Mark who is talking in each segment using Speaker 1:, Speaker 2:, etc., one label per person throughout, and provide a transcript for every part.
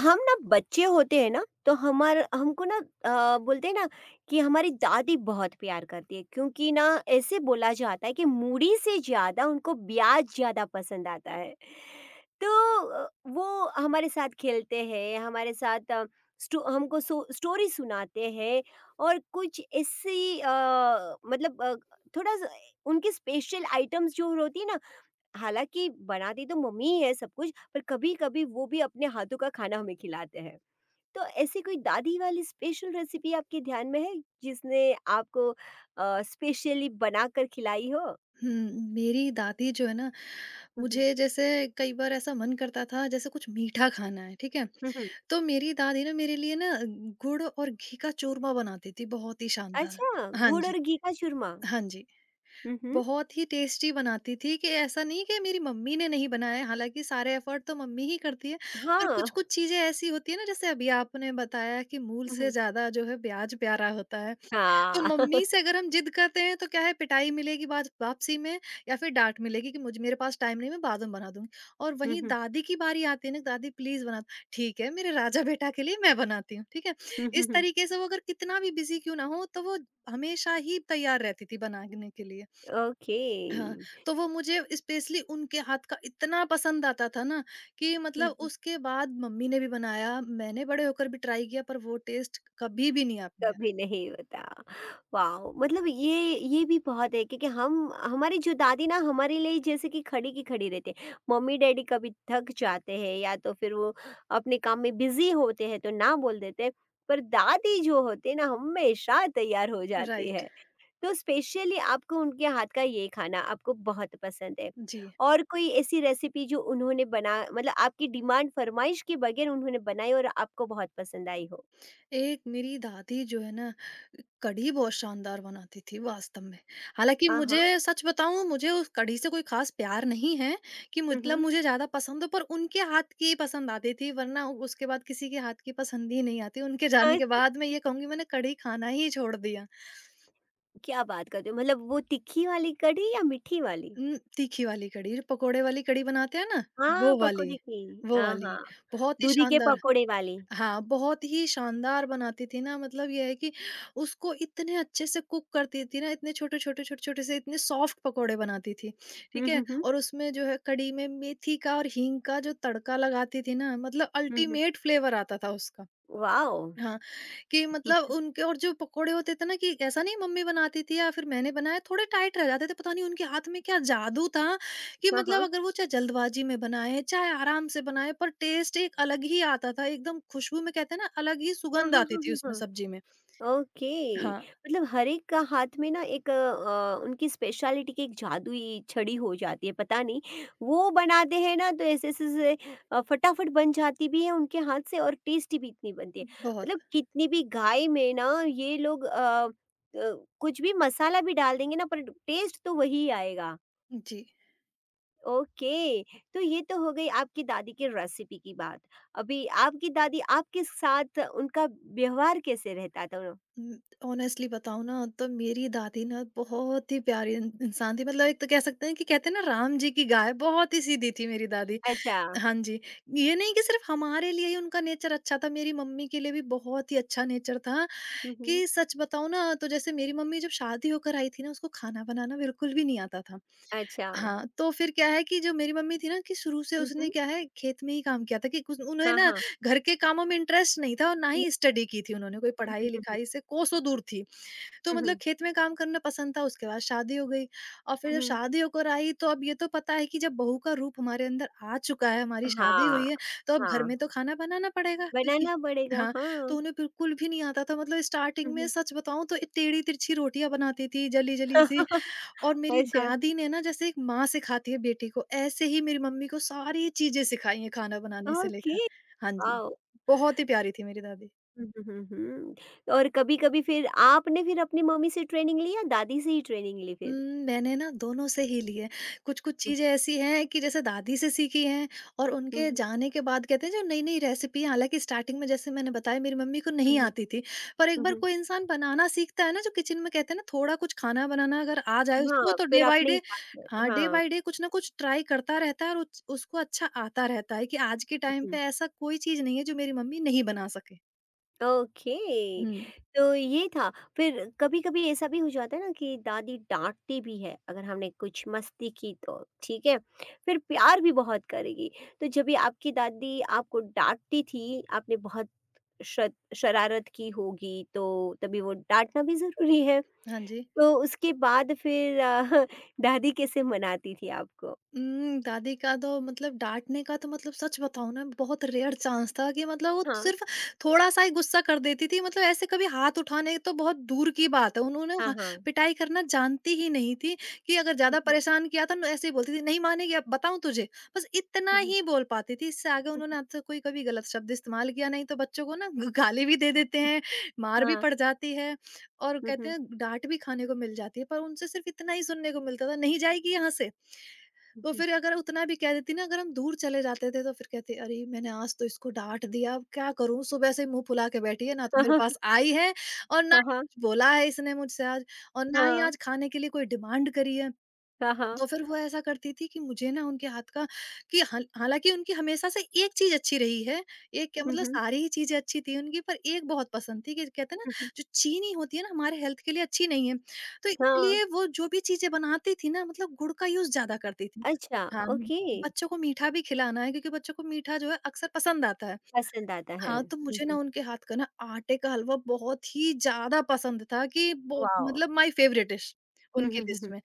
Speaker 1: हम ना बच्चे होते हैं ना, तो हमारा हमको ना बोलते हैं ना कि हमारी दादी बहुत प्यार करती है, क्योंकि ना ऐसे बोला जाता है कि मूड़ी से ज़्यादा उनको ब्याज ज़्यादा पसंद आता है। तो वो हमारे साथ खेलते हैं, हमारे साथ हमको स्टोरी सुनाते हैं, और कुछ ऐसी मतलब थोड़ा सा उनकी स्पेशल आइटम्स जो होती है ना। हालाँकि बनाती तो मम्मी ही है सब कुछ, पर कभी-कभी वो भी अपने हाथों का खाना हमें खिलाते हैं। तो ऐसी कोई दादी वाली स्पेशल रेसिपी आपके ध्यान में है, जिसने आपको स्पेशली बनाकर खिलाई हो?
Speaker 2: हुँ, मेरी दादी जो है ना,
Speaker 1: हुँ, हुँ।
Speaker 2: मुझे जैसे कई बार ऐसा मन करता था जैसे कुछ मीठा खाना है, ठीक है?
Speaker 1: हुँ, हुँ।
Speaker 2: तो मेरी दादी ना मेरे लिए ना गुड़ और घी का चूरमा बनाती थी बहुत ही शानदार।
Speaker 1: अच्छा,
Speaker 2: हाँ
Speaker 1: गुड़
Speaker 2: जी,
Speaker 1: और घी का चूरमा।
Speaker 2: हाँ जी।
Speaker 1: हुँ, हुँ।
Speaker 2: बहुत ही टेस्टी बनाती थी कि ऐसा नहीं कि मेरी मम्मी ने नहीं बनाया है, हालाँकि सारे एफर्ट तो मम्मी ही करती है, पर
Speaker 1: हाँ।
Speaker 2: कुछ-कुछ चीज़ें ऐसी होती हैं ना जैसे अभी आपने बताया कि मूल
Speaker 1: हुँ,
Speaker 2: से
Speaker 1: हुँ।
Speaker 2: ज़्यादा जो है ब्याज प्यारा होता है। तो
Speaker 1: हाँ।
Speaker 2: मम्मी से अगर हम जिद करते हैं तो क्या है पिटाई मिलेगी बाद वापसी में या फिर डांट मिलेगी कि मुझे मेरे पास टाइम नहीं मैं बाद में बना दूंगी, और
Speaker 1: हुँ,
Speaker 2: वहीं
Speaker 1: हुँ।
Speaker 2: दादी की बारी आती है ना, दादी प्लीज बना। ठीक है मेरे राजा बेटा के लिए मैं बनाती हूँ ठीक है।
Speaker 1: हुँ, हुँ,
Speaker 2: इस
Speaker 1: हुँ।
Speaker 2: तरीके से वो अगर कितना भी बिजी क्यों ना हो तो वो हमेशा ही तैयार रहती थी बनाने के लिए।
Speaker 1: ओके।
Speaker 2: हाँ, तो वो मुझे स्पेशली उनके हाथ का इतना पसंद आता था ना, कि
Speaker 1: हुँ,
Speaker 2: मतलब
Speaker 1: हुँ।
Speaker 2: उसके बाद मम्मी ने भी बनाया, मैंने बड़े होकर भी ट्राई किया पर वो टेस्ट कभी भी नहीं आ पाया।
Speaker 1: कभी नहीं होता। वाओ, मतलब ये भी बहुत है, क्योंकि हम हमारी जो दादी ना हमारे लिए जैसे कि खड़ी की खड़ी रहते हैं। मम्मी डैडी कभी थक जाते हैं, या तो फिर वो अपने काम में बिजी होते हैं, तो ना बोल देते हैं। पर दादी जो होते हैं ना, हमेशा तैयार हो जाती
Speaker 2: राइट।
Speaker 1: है। तो स्पेशली आपको उनके हाथ का ये खाना आपको बहुत पसंद है।
Speaker 2: जी।
Speaker 1: और कोई ऐसी रेसिपी जो उन्होंने बना मतलब आपकी डिमांड फरमाइश के बगैर उन्होंने बनाई और आपको बहुत पसंद आई हो?
Speaker 2: एक मेरी दादी जो है ना, कढ़ी बहुत शानदार बनाती थी वास्तव में। हालाँकि
Speaker 1: हाँ, हाँ।
Speaker 2: मुझे सच बताऊँ, मुझे उस कढ़ी से कोई ख़ास प्यार नहीं है, कि मतलब
Speaker 1: हम्म।
Speaker 2: मुझे ज़्यादा पसंद हो, पर उनके हाथ की पसंद आती थी वरना उसके बाद किसी के हाथ की पसंद ही नहीं आती। उनके जाने
Speaker 1: हम्म।
Speaker 2: के बाद मैं ये कहूँगी मैंने कढ़ी खाना ही छोड़ दिया।
Speaker 1: क्या बात करते हो! मतलब वो तीखी वाली कढ़ी या मीठी वाली?
Speaker 2: तीखी वाली कढ़ी, जो पकोड़े वाली कढ़ी बनाते हैं ना,
Speaker 1: हाँ,
Speaker 2: वो वाली,
Speaker 1: पकोड़े की।
Speaker 2: वो
Speaker 1: हाँ,
Speaker 2: वाली।
Speaker 1: हाँ,
Speaker 2: बहुत ही
Speaker 1: दूधी के
Speaker 2: शानदार।
Speaker 1: पकोड़े वाली।
Speaker 2: हाँ, बहुत ही शानदार बनाती थी ना, मतलब ये है कि उसको इतने अच्छे से कुक करती थी ना, इतने छोटे-छोटे, छोटे-छोटे से इतने सॉफ्ट पकोड़े बनाती थी, ठीक
Speaker 1: हुँ,
Speaker 2: है?
Speaker 1: हुँ, हुँ।
Speaker 2: और उसमें जो है कढ़ी में मेथी का और हींग का जो तड़का लगाती थी ना, मतलब
Speaker 1: हुँ, हुँ।
Speaker 2: अल्टीमेट फ्लेवर आता था उसका।
Speaker 1: वॉव!
Speaker 2: हाँ, कि
Speaker 1: हुँ,
Speaker 2: मतलब
Speaker 1: हुँ।
Speaker 2: उनके और जो पकोड़े होते थे ना, कि ऐसा नहीं मम्मी बनाती थी या फिर मैंने बनाया, थोड़े टाइट रह जाते थे, पता नहीं उनके हाथ में क्या जादू था कि
Speaker 1: हाँ,
Speaker 2: मतलब
Speaker 1: हाँ।
Speaker 2: अगर वो चाहे जल्दबाजी में बनाए चाहे आराम से बनाए पर टेस्ट एक अलग ही आता था, एकदम खुशबू में कहते हैं ना अलग ही
Speaker 1: हाँ,
Speaker 2: सुगंध
Speaker 1: हाँ,
Speaker 2: आती
Speaker 1: हाँ,
Speaker 2: थी
Speaker 1: हाँ,
Speaker 2: उसमें
Speaker 1: हाँ।
Speaker 2: सब्जी में।
Speaker 1: ओके,
Speaker 2: हाँ।
Speaker 1: मतलब हर एक का हाथ में ना एक उनकी स्पेशलिटी की एक जादुई छड़ी हो जाती है, पता नहीं। वो बनाते हैं ना, तो ऐसे ऐसे से, फटाफट बन जाती भी है उनके हाथ से, और टेस्टी भी इतनी बनती है।
Speaker 2: बहुत।
Speaker 1: मतलब कितनी भी गाय में ना ये लोग कुछ भी मसाला भी डाल देंगे ना, पर टेस्ट तो वही आएगा।
Speaker 2: जी।
Speaker 1: ओके। तो ये तो हो गई आपकी दादी की रेसिपी की बात। अभी आपकी दादी आपके साथ उनका व्यवहार कैसे रहता था?
Speaker 2: ऑनेस्टली बताऊं ना तो मेरी दादी ना बहुत ही प्यारी इंसान थी, मतलब एक तो कह सकते हैं कि कहते हैं ना राम जी की गाय, बहुत ही सीधी थी मेरी दादी।
Speaker 1: अच्छा।
Speaker 2: हाँ जी, ये नहीं कि सिर्फ़ हमारे लिए ही उनका नेचर अच्छा था, मेरी मम्मी के लिए भी बहुत ही अच्छा नेचर था
Speaker 1: हम्म।
Speaker 2: कि सच बताऊँ ना, तो जैसे मेरी मम्मी जब शादी होकर आई थी ना, उसको खाना बनाना बिल्कुल भी नहीं आता था।
Speaker 1: अच्छा।
Speaker 2: हाँ, तो फिर क्या है कि जो मेरी मम्मी थी ना कि शुरू से
Speaker 1: हुँ,
Speaker 2: उसने
Speaker 1: हुँ।
Speaker 2: क्या है खेत में ही काम किया था कि कुछ उन्हें
Speaker 1: हाँ,
Speaker 2: ना
Speaker 1: हाँ।
Speaker 2: घर के कामों में इंटरेस्ट नहीं था और ना
Speaker 1: हुँ,
Speaker 2: ही स्टडी की थी उन्होंने, कोई
Speaker 1: हुँ, हुँ,
Speaker 2: पढ़ाई-लिखाई से कोसों दूर थी। तो
Speaker 1: हुँ,
Speaker 2: मतलब
Speaker 1: हुँ,
Speaker 2: खेत में काम करना पसंद था, उसके बाद शादी हो गई और फिर
Speaker 1: हुँ,
Speaker 2: जब
Speaker 1: हुँ।
Speaker 2: शादी होकर आई तो अब ये तो पता है कि जब बहू का रूप हमारे अंदर आ चुका है, हमारी शादी
Speaker 1: हाँ,
Speaker 2: हुई है, तो अब घर
Speaker 1: हाँ,
Speaker 2: में तो खाना बनाना पड़ेगा क्योंकि
Speaker 1: बनाना पड़ेगा,
Speaker 2: हाँ,
Speaker 1: हाँ।
Speaker 2: तो उन्हें बिल्कुल भी नहीं आता था, मतलब
Speaker 1: हुँ,
Speaker 2: स्टार्टिंग में
Speaker 1: हुँ।
Speaker 2: सच बताऊँ तो टेढ़ी-तिरछी रोटियाँ बनाती थी, जली-जली सी। और मेरी
Speaker 1: अच्छा।
Speaker 2: दादी ने ना जैसे एक माँ सिखाती है बेटी को, ऐसे ही मेरी मम्मी को सारी चीज़ें सिखाई हैं खाना बनाने से
Speaker 1: ओके।
Speaker 2: लेकर। हाँ जी,
Speaker 1: वाओ!
Speaker 2: बहुत ही प्यारी थी मेरी दादी।
Speaker 1: हुँ, हुँ, हुँ, हुँ। और कभी-कभी फिर आपने फिर अपनी मम्मी से ट्रेनिंग ली या दादी से ही ट्रेनिंग ली
Speaker 2: उम,
Speaker 1: फिर?
Speaker 2: मैंने ना दोनों से ही लिए। कुछ-कुछ
Speaker 1: हुँ,
Speaker 2: चीज़ें ऐसी हैं कि जैसे दादी से सीखी हैं, और
Speaker 1: हुँ,
Speaker 2: उनके
Speaker 1: हुँ,
Speaker 2: जाने के बाद कहते हैं जो नई-नई रेसिपी, हालाँकि स्टार्टिंग में जैसे मैंने बताया मेरी मम्मी को
Speaker 1: हुँ,
Speaker 2: नहीं
Speaker 1: हुँ,
Speaker 2: आती थी। पर एक
Speaker 1: हुँ,
Speaker 2: बार
Speaker 1: हुँ।
Speaker 2: कोई इंसान बनाना सीखता है ना, जो किचन में कहते हैं ना थोड़ा कुछ खाना बनाना अगर आ जाए उसको,
Speaker 1: हाँ,
Speaker 2: तो
Speaker 1: फिर
Speaker 2: डे बाय
Speaker 1: अपने
Speaker 2: डे,
Speaker 1: हिसाब से,
Speaker 2: हाँ, डे
Speaker 1: हाँ।
Speaker 2: बाय डे कुछ ना कुछ ट्राई करता रहता है और उच उसको अच्छा आता रहता है, कि आज के
Speaker 1: हुँ,
Speaker 2: टाइम पे
Speaker 1: हुँ।
Speaker 2: ऐसा कोई चीज़ नहीं है जो मेरी मम्मी नहीं बना सके।
Speaker 1: ओके।
Speaker 2: हुँ।
Speaker 1: तो ये था। फिर कभी-कभी ऐसा भी हो जाता है ना कि दादी डाँटती भी है अगर हमने कुछ मस्ती की तो, ठीक है? फिर प्यार भी बहुत करेगी। तो जब भी आपकी दादी आपको डाँटती थी, आपने बहुत शत शरारत की होगी, तो तभी वो डाँटना भी ज़रूरी है।
Speaker 2: हाँ जी।
Speaker 1: तो उसके बाद फिर दादी कैसे मनाती थी आपको?
Speaker 2: दादी का तो मतलब डाँटने का तो मतलब सच बताऊँ ना बहुत रेयर चांस था कि मतलब वो
Speaker 1: हाँ,
Speaker 2: सिर्फ़ थोड़ा-सा ही गुस्सा कर देती थी, मतलब ऐसे कभी हाथ उठाने तो बहुत दूर की बात है। उन्होंने
Speaker 1: हाँ,
Speaker 2: ह
Speaker 1: हाँ।
Speaker 2: पिटाई करना जानती ही नहीं थी कि अगर
Speaker 1: हुँ,
Speaker 2: ज़्यादा
Speaker 1: हुँ,
Speaker 2: परेशान किया था ना ऐसे ही बोलती थी, "नहीं मानेगी अब बताऊँ तुझे।" बस इतना
Speaker 1: हुँ, हुँ,
Speaker 2: ही बोल पाती थी, इससे आगे
Speaker 1: हुँ,
Speaker 2: उन्होंने आपसे कोई कभी गलत शब्द इस्तेमाल किया नहीं, तो बच्चों को ना ग गाली भी दे देते हैं, मार
Speaker 1: हुँ,
Speaker 2: भी
Speaker 1: हाँ,
Speaker 2: पड़ जाती है और
Speaker 1: हुँ,
Speaker 2: कहते
Speaker 1: हुँ,
Speaker 2: हैं डाँट भी खाने को मिल जाती है, पर उनसे सिर्फ़ इतना ही सुनने को मिलता था, "नहीं जाएगी यहाँ से।"
Speaker 1: हुँ,
Speaker 2: वो
Speaker 1: हुँ।
Speaker 2: फिर अगर उतना भी कह देती ना, अगर हम दूर चले जाते थे तो फिर कहती अरे मैंने आज तो इसको डाँट दिया, अब क्या करूँ, सुबह से मुँह फुला के बैठी है, ना तो
Speaker 1: हाँ,
Speaker 2: मेरे
Speaker 1: हाँ,
Speaker 2: पास आई है और ना ही
Speaker 1: हाँ,
Speaker 2: कुछ बोला है इसने मुझसे आज और ना ही
Speaker 1: हाँ,
Speaker 2: आज खाने के लिए कोई डिमांड करी है।
Speaker 1: हाँ, हाँ,
Speaker 2: तो फिर वो ऐसा करती थी कि मुझे ना उनके हाथ का कि हालाँकि उनकी हमेशा से एक चीज़ अच्छी रही है, एक क्या
Speaker 1: हुँ,
Speaker 2: मतलब हुँ।
Speaker 1: हुँ।
Speaker 2: सारी ही चीज़ें अच्छी थी उनकी पर एक बहुत पसंद थी कि कहते हैं ना
Speaker 1: हुँ, हुँ।
Speaker 2: जो चीनी होती है ना हमारे हेल्थ के लिए अच्छी नहीं है, तो
Speaker 1: हाँ।
Speaker 2: इसलिए वो जो भी चीज़ें बनाती थी ना मतलब गुड़ का यूज़ ज़्यादा करती थी।
Speaker 1: अच्छा।
Speaker 2: हाँ,
Speaker 1: ओके।
Speaker 2: बच्चों को मीठा भी खिलाना है क्योंकि बच्चों को मीठा जो है अक्सर पसंद आता है।
Speaker 1: पसंद आता है।
Speaker 2: हाँ, तो
Speaker 1: हुँ,
Speaker 2: मुझे
Speaker 1: हुँ।
Speaker 2: ना उनके हाथ का ना आटे का हलवा बहुत ही ज़्यादा पसंद था कि वो
Speaker 1: वाओ!
Speaker 2: मतलब माय फेवरेट डिश
Speaker 1: हुँ,
Speaker 2: उनकी
Speaker 1: हुँ, हुँ,
Speaker 2: लिस्ट
Speaker 1: हुँ,
Speaker 2: में।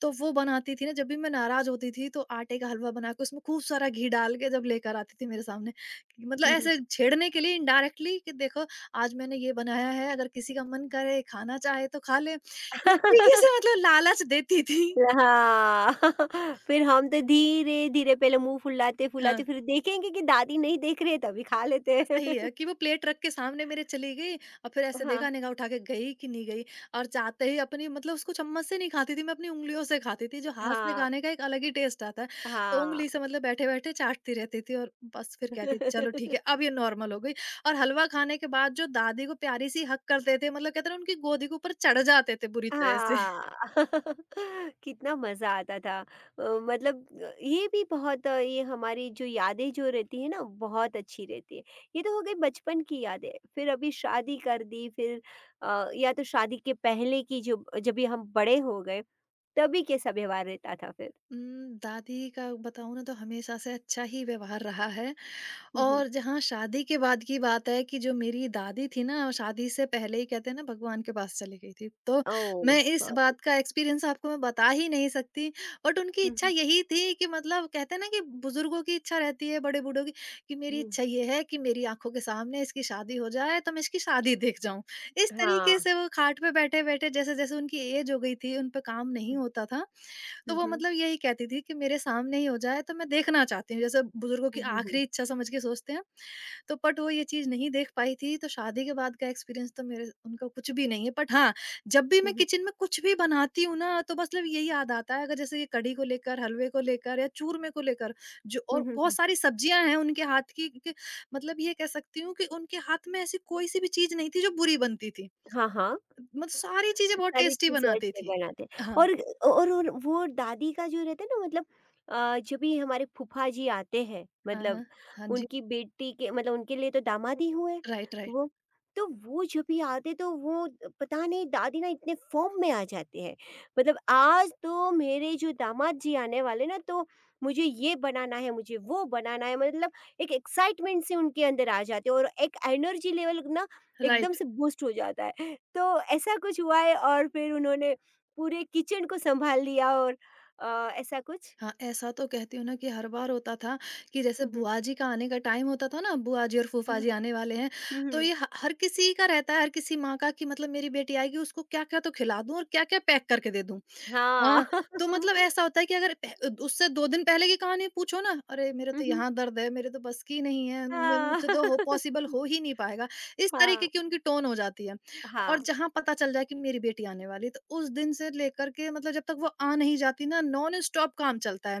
Speaker 2: तो वो बनाती थी ना जब भी मैं नाराज़ होती थी तो आटे का हलवा बना के उसमें खूब सारा घी डाल के जब लेकर आती थी मेरे सामने, कि मतलब
Speaker 1: हुँ, हुँ।
Speaker 2: ऐसे छेड़ने के लिए इनडायरेक्टली कि देखो आज मैंने ये बनाया है, अगर किसी का मन करे खाना चाहे तो खा ले। इस तरीके से मतलब लालच देती थी।
Speaker 1: हाँ, फिर हम तो धीरे-धीरे पहले मुँह फुलाते-फुलाते
Speaker 2: हाँ।
Speaker 1: फिर देखेंगे कि दादी नहीं देख रही है तभी खा लेते हैं।
Speaker 2: सही है कि वो प्लेट रख के सामने मेरे चली गई और फिर ऐसे
Speaker 1: हाँ,
Speaker 2: देखा निगाह उठा के, गई कि नहीं गई, और जाते ही अपनी मतलब उसको चम्मच से नहीं खाती थी, मैं अपनी उंगलियों से खाती थी, जो हाथ से
Speaker 1: हाँ,
Speaker 2: खाने का एक अलग ही टेस्ट आता है। तो
Speaker 1: हाँ।
Speaker 2: उंगली से मतलब बैठे बैठे चाटती रहती थी और बस फिर कहती थी चलो ठीक है अब ये नॉर्मल हो गई। और हलवा खाने के बाद जो दादी को प्यारी सी हक करते थे, मतलब कहते ना उनकी गोदी के ऊपर चढ़ जाते थे बुरी तरह से।
Speaker 1: हाँ। कितना मज़ा आता था! मतलब ये भी बहुत ये हमारी जो यादें जो रहती है ना, बहुत अच्छी रहती है। ये तो हो गई बचपन की यादें। फिर अभी शादी कर दी, फिर या तो शादी के पहले की जो जब भी हम बड़े हो गए, तभी कैसा व्यवहार रहता था फिर?
Speaker 2: दादी का बताऊं ना तो हमेशा से अच्छा ही व्यवहार रहा है।
Speaker 1: हम्म।
Speaker 2: और जहाँ शादी के बाद की बात है कि जो मेरी दादी थी ना, शादी से पहले ही कहते हैं ना भगवान के पास चली गई थी। तो
Speaker 1: ओह
Speaker 2: मैं इस
Speaker 1: सॉरी।
Speaker 2: बात का एक्सपीरियंस आपको मैं बता ही नहीं सकती, बट उनकी इच्छा
Speaker 1: हम्म,
Speaker 2: यही थी कि मतलब कहते हैं ना कि बुजुर्गों की इच्छा रहती है, बड़े बूढ़ों की कि मेरी
Speaker 1: हम्म,
Speaker 2: इच्छा ये है कि मेरी आँखों के सामने इसकी शादी हो जाए तो मैं इसकी शादी देख जाऊँ। इस तरीके
Speaker 1: हाँ,
Speaker 2: से वो खाट पे बैठे-बैठे, जैसे-जैसे उनकी एज हो गई थी, उन पे काम नहीं
Speaker 1: हम्म,
Speaker 2: होता था,
Speaker 1: हाँ,
Speaker 2: तो
Speaker 1: हम्म,
Speaker 2: वो
Speaker 1: हम्म,
Speaker 2: मतलब यही कहती थी कि मेरे सामने ही हो जाए तो मैं देखना चाहती हूँ। जैसे बुजुर्गों की
Speaker 1: हम्म, हम्म,
Speaker 2: आखिरी इच्छा समझ के सोचते हैं, तो बट वो ये चीज़ नहीं देख पाई थी, तो शादी के बाद का एक्सपीरियंस तो मेरे उनका कुछ भी नहीं है। बट हाँ, जब भी मैं
Speaker 1: हम्म,
Speaker 2: किचन में कुछ भी बनाती हूँ ना, तो मतलब यही याद आता है अगर जैसे ये कढ़ी को लेकर, हलवे को लेकर या चूरमे को लेकर, जो और
Speaker 1: हम्म, हम्म,
Speaker 2: बहुत सारी सब्जियाँ हैं उनके हाथ की, कि मतलब ये कह सकती हूँ कि उनके हाथ में ऐसी कोई-सी भी चीज़ नहीं थी जो बुरी बनती थी।
Speaker 1: हाँ, हाँ।
Speaker 2: मतलब सारी चीज़ें बहुत
Speaker 1: सारी
Speaker 2: टेस्टी
Speaker 1: चीज़ें
Speaker 2: बनाती
Speaker 1: अच्छे
Speaker 2: थी।
Speaker 1: बनाते हैं।
Speaker 2: हाँ।
Speaker 1: और वो दादी का जो रहता है ना, मतलब जब भी हमारे फूफा जी आते हैं,
Speaker 2: हाँ,
Speaker 1: मतलब
Speaker 2: हाँ। हाँ जी।
Speaker 1: उनकी बेटी के मतलब उनके लिए तो दामाद ही हुए।
Speaker 2: Right, right.
Speaker 1: वो, तो वो जब भी आते तो वो पता नहीं दादी ना इतने फॉर्म में आ जाते हैं। मतलब आज तो मेरे जो दामाद जी आने वाले ना, तो मुझे ये बनाना है, मुझे वो बनाना है, मतलब एक एक्साइटमेंट से उनके अंदर आ जाते हैं और एक एनर्जी लेवल ना एकदम
Speaker 2: राइट।
Speaker 1: से बूस्ट हो जाता है। तो ऐसा कुछ हुआ है और फिर उन्होंने पूरे किचन को सँभाल लिया और ऐसा कुछ?
Speaker 2: हाँ, ऐसा तो कहती हूँ ना कि हर बार होता था कि जैसे
Speaker 1: हुँ, हुँ।
Speaker 2: बुआ जी का आने का टाइम होता था ना, बुआ जी और
Speaker 1: हुँ,
Speaker 2: फूफा जी
Speaker 1: हुँ।
Speaker 2: आने वाले हैं,
Speaker 1: हुँ,
Speaker 2: तो
Speaker 1: हुँ।
Speaker 2: ये ह हर किसी का रहता है, हर किसी माँ का कि मतलब मेरी बेटी आएगी उसको क्या-क्या तो खिला दूँ और क्या-क्या पैक करके दे दूँ।
Speaker 1: हाँ।
Speaker 2: हाँ, तो मतलब ऐसा होता है कि अगर उससे 2 दिन पहले की कहानी पूछो ना, अरे! मेरे
Speaker 1: हुँ,
Speaker 2: तो
Speaker 1: हुँ।
Speaker 2: यहाँ दर्द है, मेरे तो बस की नहीं है, मे
Speaker 1: हाँ।
Speaker 2: मुझसे तो हो पॉसिबल हो ही नहीं पाएगा। इस तरीके
Speaker 1: हाँ,
Speaker 2: की उनकी टोन हो जाती है
Speaker 1: हाँ,
Speaker 2: और जहाँ पता चल जाए कि मेरी बेटी आने वाली है, तो उस दिन से लेकर के मतलब जब तक वो आ नहीं जाती ना, नॉन स्टॉप काम चलता है।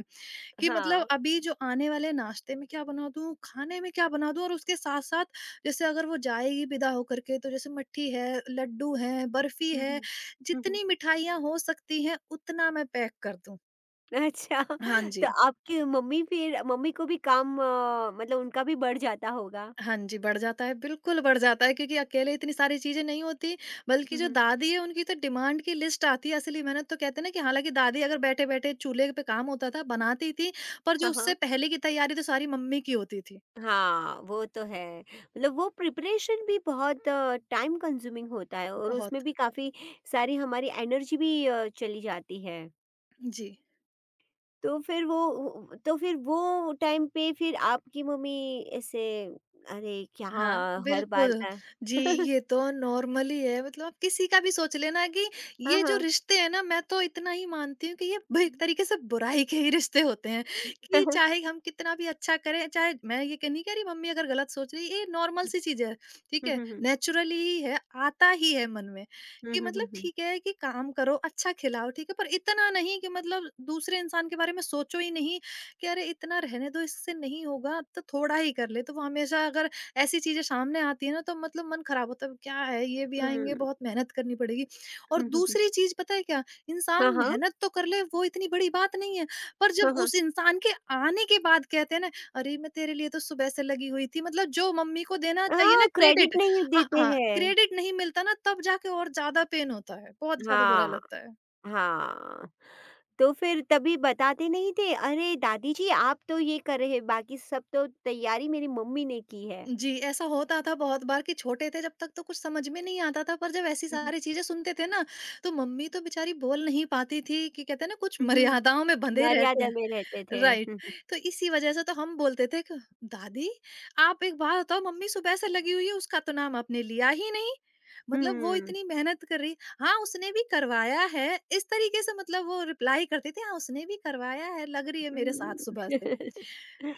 Speaker 2: कि
Speaker 1: हाँ।
Speaker 2: मतलब अभी जो आने वाले नाश्ते में क्या बना दूँ, खाने में क्या बना दूँ और उसके साथ-साथ जैसे अगर वो जाएगी विदा होकर के तो जैसे मट्ठी है, लड्डू है, बर्फी
Speaker 1: हुँ,
Speaker 2: है,
Speaker 1: हुँ। हुँ, हुँ।
Speaker 2: जितनी मिठाइयाँ हो सकती हैं उतना मैं पैक कर दूँ।
Speaker 1: अच्छा।
Speaker 2: हाँ
Speaker 1: तो
Speaker 2: जी।
Speaker 1: आपकी मम्मी फिर मम्मी को भी काम मतलब उनका भी बढ़ जाता होगा?
Speaker 2: हाँ जी, बढ़ जाता है, बिल्कुल बढ़ जाता है क्योंकि अकेले इतनी सारी चीज़ें नहीं होती, बल्कि
Speaker 1: हुँ,
Speaker 2: जो
Speaker 1: हुँ।
Speaker 2: दादी है उनकी तो डिमांड की लिस्ट आती है। असली मेहनत तो कहते हैं ना कि हालाँकि दादी अगर बैठे-बैठे चूल्हे पे काम होता था, बनाती थी, पर
Speaker 1: हाँ,
Speaker 2: जो
Speaker 1: हाँ।
Speaker 2: उससे पहले की तैयारी तो सारी मम्मी की होती थी।
Speaker 1: हाँ, वो तो है। मतलब वो प्रिपरेशन भी बहुत टाइम कंज्यूमिंग होता है और उसमें
Speaker 2: बहुत।
Speaker 1: भी काफ़ी सारी हमारी एनर्जी भी चली जाती है।
Speaker 2: जी।
Speaker 1: तो फिर वो उ तो फिर वो टाइम पे फिर आपकी मम्मी ऐसे, अरे क्या,
Speaker 2: हाँ,
Speaker 1: हर बार
Speaker 2: बिल्कुल।
Speaker 1: का।
Speaker 2: जी, ये तो नॉर्मली है। मतलब आप किसी का भी सोच लेना कि
Speaker 1: हाँ,
Speaker 2: ये जो
Speaker 1: हाँ।
Speaker 2: रिश्ते हैं ना, मैं तो इतना ही मानती हूँ कि ये ब एक तरीके से बुराई के ही रिश्ते होते हैं,
Speaker 1: हाँ,
Speaker 2: कि
Speaker 1: हाँ।
Speaker 2: चाहे हम कितना भी अच्छा करें, चाहे मैं ये क नहीं कह रही मम्मी अगर गलत सोच रही है, ये नॉर्मल सी चीज़ है, ठीक
Speaker 1: हुँ,
Speaker 2: है?
Speaker 1: हुँ, हुँ।
Speaker 2: नेचुरली ही है, आता ही है मन में,
Speaker 1: हुँ,
Speaker 2: कि
Speaker 1: हुँ, हुँ,
Speaker 2: मतलब
Speaker 1: हुँ।
Speaker 2: ठीक है कि काम करो, अच्छा खिलाओ, ठीक है? पर इतना नहीं कि मतलब दूसरे इंसान के बारे में सोचो ही नहीं कि अरे इतना रहने दो, इससे नहीं होगा, अब तो थोड़ा ही कर ले। तो वो हमेशा अगर ऐसी चीज़ें सामने आती है ना, तो मतलब मन खराब होता है क्या है, ये भी आएँगे,
Speaker 1: हुँ,
Speaker 2: बहुत मेहनत करनी पड़ेगी। और
Speaker 1: हुँ, हुँ, हुँ।
Speaker 2: दूसरी चीज़ पता है क्या?
Speaker 1: हाँ,
Speaker 2: इंसान
Speaker 1: हाँ।
Speaker 2: मेहनत तो कर ले, वो इतनी बड़ी बात नहीं है, पर जब
Speaker 1: हाँ, हाँ।
Speaker 2: उस इंसान के आने के बाद कहते हैं ना, अरे मैं तेरे लिए तो सुबह से लगी हुई थी, मतलब जो मम्मी को देना चाहिए
Speaker 1: हाँ,
Speaker 2: ना
Speaker 1: क्रेडिट
Speaker 2: क्रेडिट,
Speaker 1: नहीं देते
Speaker 2: हाँ,
Speaker 1: हैं।
Speaker 2: क्रेडिट नहीं मिलता ना तब जाके और ज़्यादा पेन होता है, बहुत ज़्यादा बुरा
Speaker 1: हाँ,
Speaker 2: लगता है।
Speaker 1: हाँ। तो फिर तभी बताते नहीं थे? अरे दादी जी, आप तो ये कर रहे हैं, बाकी सब तो तैयारी मेरी मम्मी ने की है।
Speaker 2: जी, ऐसा होता था बहुत बार कि छोटे थे जब तक तो कुछ समझ में नहीं आता था, पर जब ऐसी
Speaker 1: हुँ, हुँ।
Speaker 2: सारी चीज़ें सुनते थे ना, तो मम्मी तो बेचारी बोल नहीं पाती थी कि कहते हैं ना कुछ
Speaker 1: हुँ, हुँ।
Speaker 2: मर्यादाओं में बंधे रहते
Speaker 1: मर्यादा में
Speaker 2: हैं।
Speaker 1: रहते थे।
Speaker 2: राइट,
Speaker 1: हुँ,
Speaker 2: तो इसी वजह से तो हम बोलते थे कि दादी, आप एक बात बताओ, मम्मी सुबह से लगी हुई है, उसका तो नाम आपने लिया ही नहीं। मतलब वो
Speaker 1: हुँ।
Speaker 2: इतनी मेहनत कर रही। हाँ, उसने भी करवाया है, इस तरीके से मतलब वो रिप्लाई करती थी, हाँ, उसने भी करवाया है, लग रही है
Speaker 1: हुँ,
Speaker 2: मेरे साथ सुबह से।
Speaker 1: हुँ।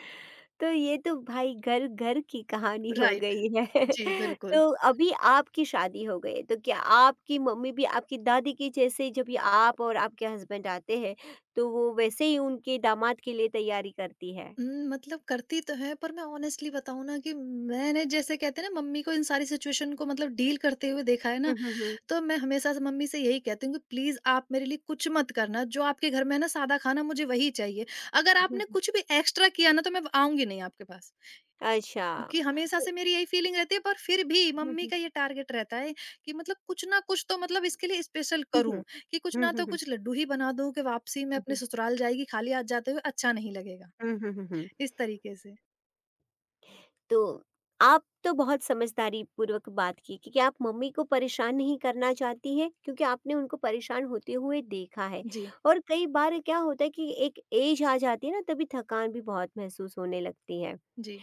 Speaker 1: तो ये तो भाई घर-घर की कहानी हो
Speaker 2: राइट,
Speaker 1: गई है।
Speaker 2: जी
Speaker 1: तो
Speaker 2: बिल्कुल।
Speaker 1: अभी आपकी शादी हो गई है, तो क्या आपकी मम्मी भी आपकी दादी की जैसे, जब ये आप और आपके हस्बैंड आते हैं, तो वो वैसे ही उनके दामाद के लिए तैयारी करती है?
Speaker 2: मतलब करती तो है पर मैं ऑनेस्टली बताऊँ ना कि मैंने जैसे कहते हैं ना मम्मी को इन सारी सिचुएशन को मतलब डील करते हुए देखा है
Speaker 1: हुँ,
Speaker 2: ना,
Speaker 1: हुँ, हुँ।
Speaker 2: तो मैं हमेशा से मम्मी से यही कहती हूँ कि प्लीज़ आप मेरे लिए कुछ मत करना, जो आपके घर में है ना सादा खाना मुझे वही चाहिए। अगर
Speaker 1: हुँ,
Speaker 2: आपने
Speaker 1: हुँ।
Speaker 2: कुछ भी एक्स्ट्रा किया ना तो मैं आऊँगी नहीं आपके पास।
Speaker 1: अच्छा।
Speaker 2: कि हमेशा से मेरी यही फीलिंग रहती है पर फिर भी
Speaker 1: हुँ,
Speaker 2: मम्मी
Speaker 1: हुँ।
Speaker 2: का ये टारगेट रहता है कि मतलब कुछ ना कुछ तो मतलब इसके लिए स्पेशल
Speaker 1: हुँ, हुँ।
Speaker 2: करूँ, कि कुछ
Speaker 1: हुँ,
Speaker 2: ना
Speaker 1: हुँ,
Speaker 2: तो
Speaker 1: हुँ।
Speaker 2: कुछ लड्डू ही बना दूँ कि वापसी में
Speaker 1: हुँ,
Speaker 2: अपने
Speaker 1: हुँ।
Speaker 2: ससुराल जाएगी, खाली हाथ जाते हुए अच्छा नहीं लगेगा।
Speaker 1: हुँ, हुँ, हुँ, हुँ।
Speaker 2: इस तरीके से।
Speaker 1: तो आप तो बहुत समझदारी पूर्वक बात की, क्योंकि आप मम्मी को परेशान नहीं करना चाहती हैं, क्योंकि आपने उनको परेशान होते हुए देखा है।
Speaker 2: जी।
Speaker 1: और कई बार क्या होता है कि एक ऐज आ जाती है ना, तभी थकान भी बहुत महसूस होने लगती है।
Speaker 2: जी।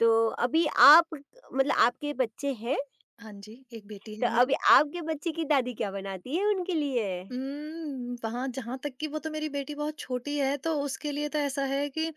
Speaker 1: तो अभी आप मतलब आपके बच्चे हैं,
Speaker 2: हाँ जी, एक बेटी
Speaker 1: तो
Speaker 2: है
Speaker 1: अभी
Speaker 2: मेरी।
Speaker 1: आपके बच्चे की दादी क्या बनाती है उनके लिए?
Speaker 2: उम, वहाँ जहाँ तक कि वो तो मेरी बेटी बहुत छोटी है, तो उसके लिए तो ऐसा है कि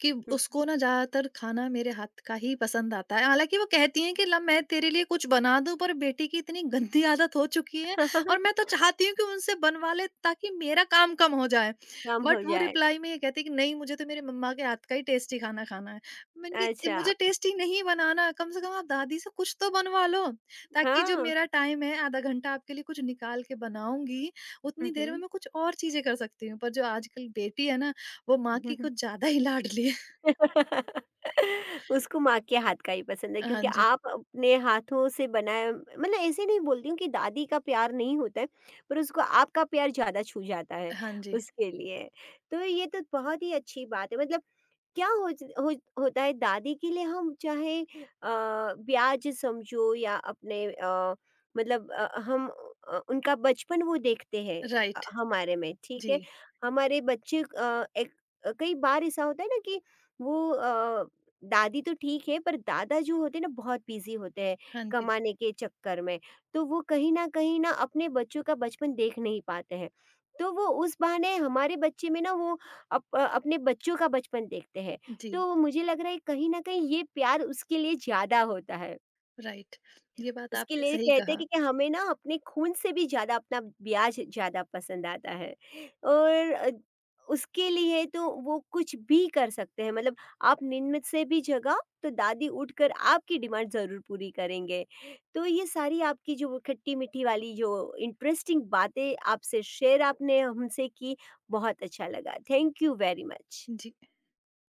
Speaker 2: कि उसको ना ज़्यादातर खाना मेरे हाथ का ही पसंद आता है। हालाँकि वो कहती हैं कि ला मैं तेरे लिए कुछ बना दूँ, पर बेटी की इतनी गंदी आदत हो चुकी है, और मैं तो चाहती हूँ कि उनसे बनवा ले ताकि मेरा काम कम हो जाए।
Speaker 1: हुँ। कम हो
Speaker 2: बट वो
Speaker 1: जाए।
Speaker 2: रिप्लाई में ये कहती है कि नहीं, मुझे तो मेरी मम्मा के हाथ का ही टेस्टी खाना खाना है। मैंने कहा "ए,
Speaker 1: अच्छा।
Speaker 2: मुझे टेस्टी नहीं बनाना, कम से कम आप दादी से कुछ तो बनवा लो, ताकि जो
Speaker 1: हाँ।
Speaker 2: मेरा टाइम है आधा घंटा आपके लिए कुछ निकाल के बनाऊँगी,
Speaker 1: हुँ,
Speaker 2: उतनी देर में
Speaker 1: हुँ।
Speaker 2: मैं कुछ और चीज़ें कर सकती हूँ, पर जो आजकल बेटी है ना, वो माँ
Speaker 1: हुँ,
Speaker 2: की
Speaker 1: हुँ।
Speaker 2: कुछ ज़्यादा ही लाडली है।
Speaker 1: उसको माँ के हाथ का ही पसंद है,
Speaker 2: हाँ
Speaker 1: क्योंकि
Speaker 2: जी,
Speaker 1: आप अपने हाथों से बनाया। मतलब ऐसे नहीं बोलती हूँ कि दादी का प्यार नहीं होता है, पर उसको आपका प्यार ज़्यादा छू जाता है,
Speaker 2: हाँ जी,
Speaker 1: उसके लिए। तो ये तो बहुत ही अच्छी बात है। मतलब क्या हो होता है, दादी के लिए हम चाहे ब्याज समझो या अपने मतलब हम उनका बचपन वो देखते हैं
Speaker 2: राइट,
Speaker 1: हमारे में। ठीक
Speaker 2: जी,
Speaker 1: है, हमारे बच्चे एक कई बार ऐसा होता है ना कि वो दादी तो ठीक है, पर दादा जो होते हैं ना बहुत बिजी होते हैं,
Speaker 2: हाँ जी,
Speaker 1: कमाने के चक्कर में। तो वो कहीं ना अपने बच्चों का बचपन देख नहीं पाते हैं, तो वो उस बहाने हमारे बच्चे में ना वो अपने बच्चों का बचपन देखते हैं,
Speaker 2: जी,
Speaker 1: तो मुझे लग रहा है कहीं न कहीं ये प्यार उसके लिए ज़्यादा होता है।
Speaker 2: राइट। ये बात
Speaker 1: उसके
Speaker 2: आपने
Speaker 1: लिए
Speaker 2: सही
Speaker 1: कहते हैं
Speaker 2: कहा।
Speaker 1: कि हमें ना अपने खून से भी ज़्यादा अपना ब्याज ज़्यादा पसंद आता है। और उसके लिए तो वो कुछ भी कर सकते हैं, मतलब आप निन्नत से भी जगा तो दादी उठकर आपकी डिमांड ज़रूर पूरी करेंगे। तो ये सारी आपकी जो खट्टी-मीठी वाली जो इंटरेस्टिंग बातें आपसे शेयर आपने हमसे की, बहुत अच्छा लगा। Thank you very much.
Speaker 2: Ji.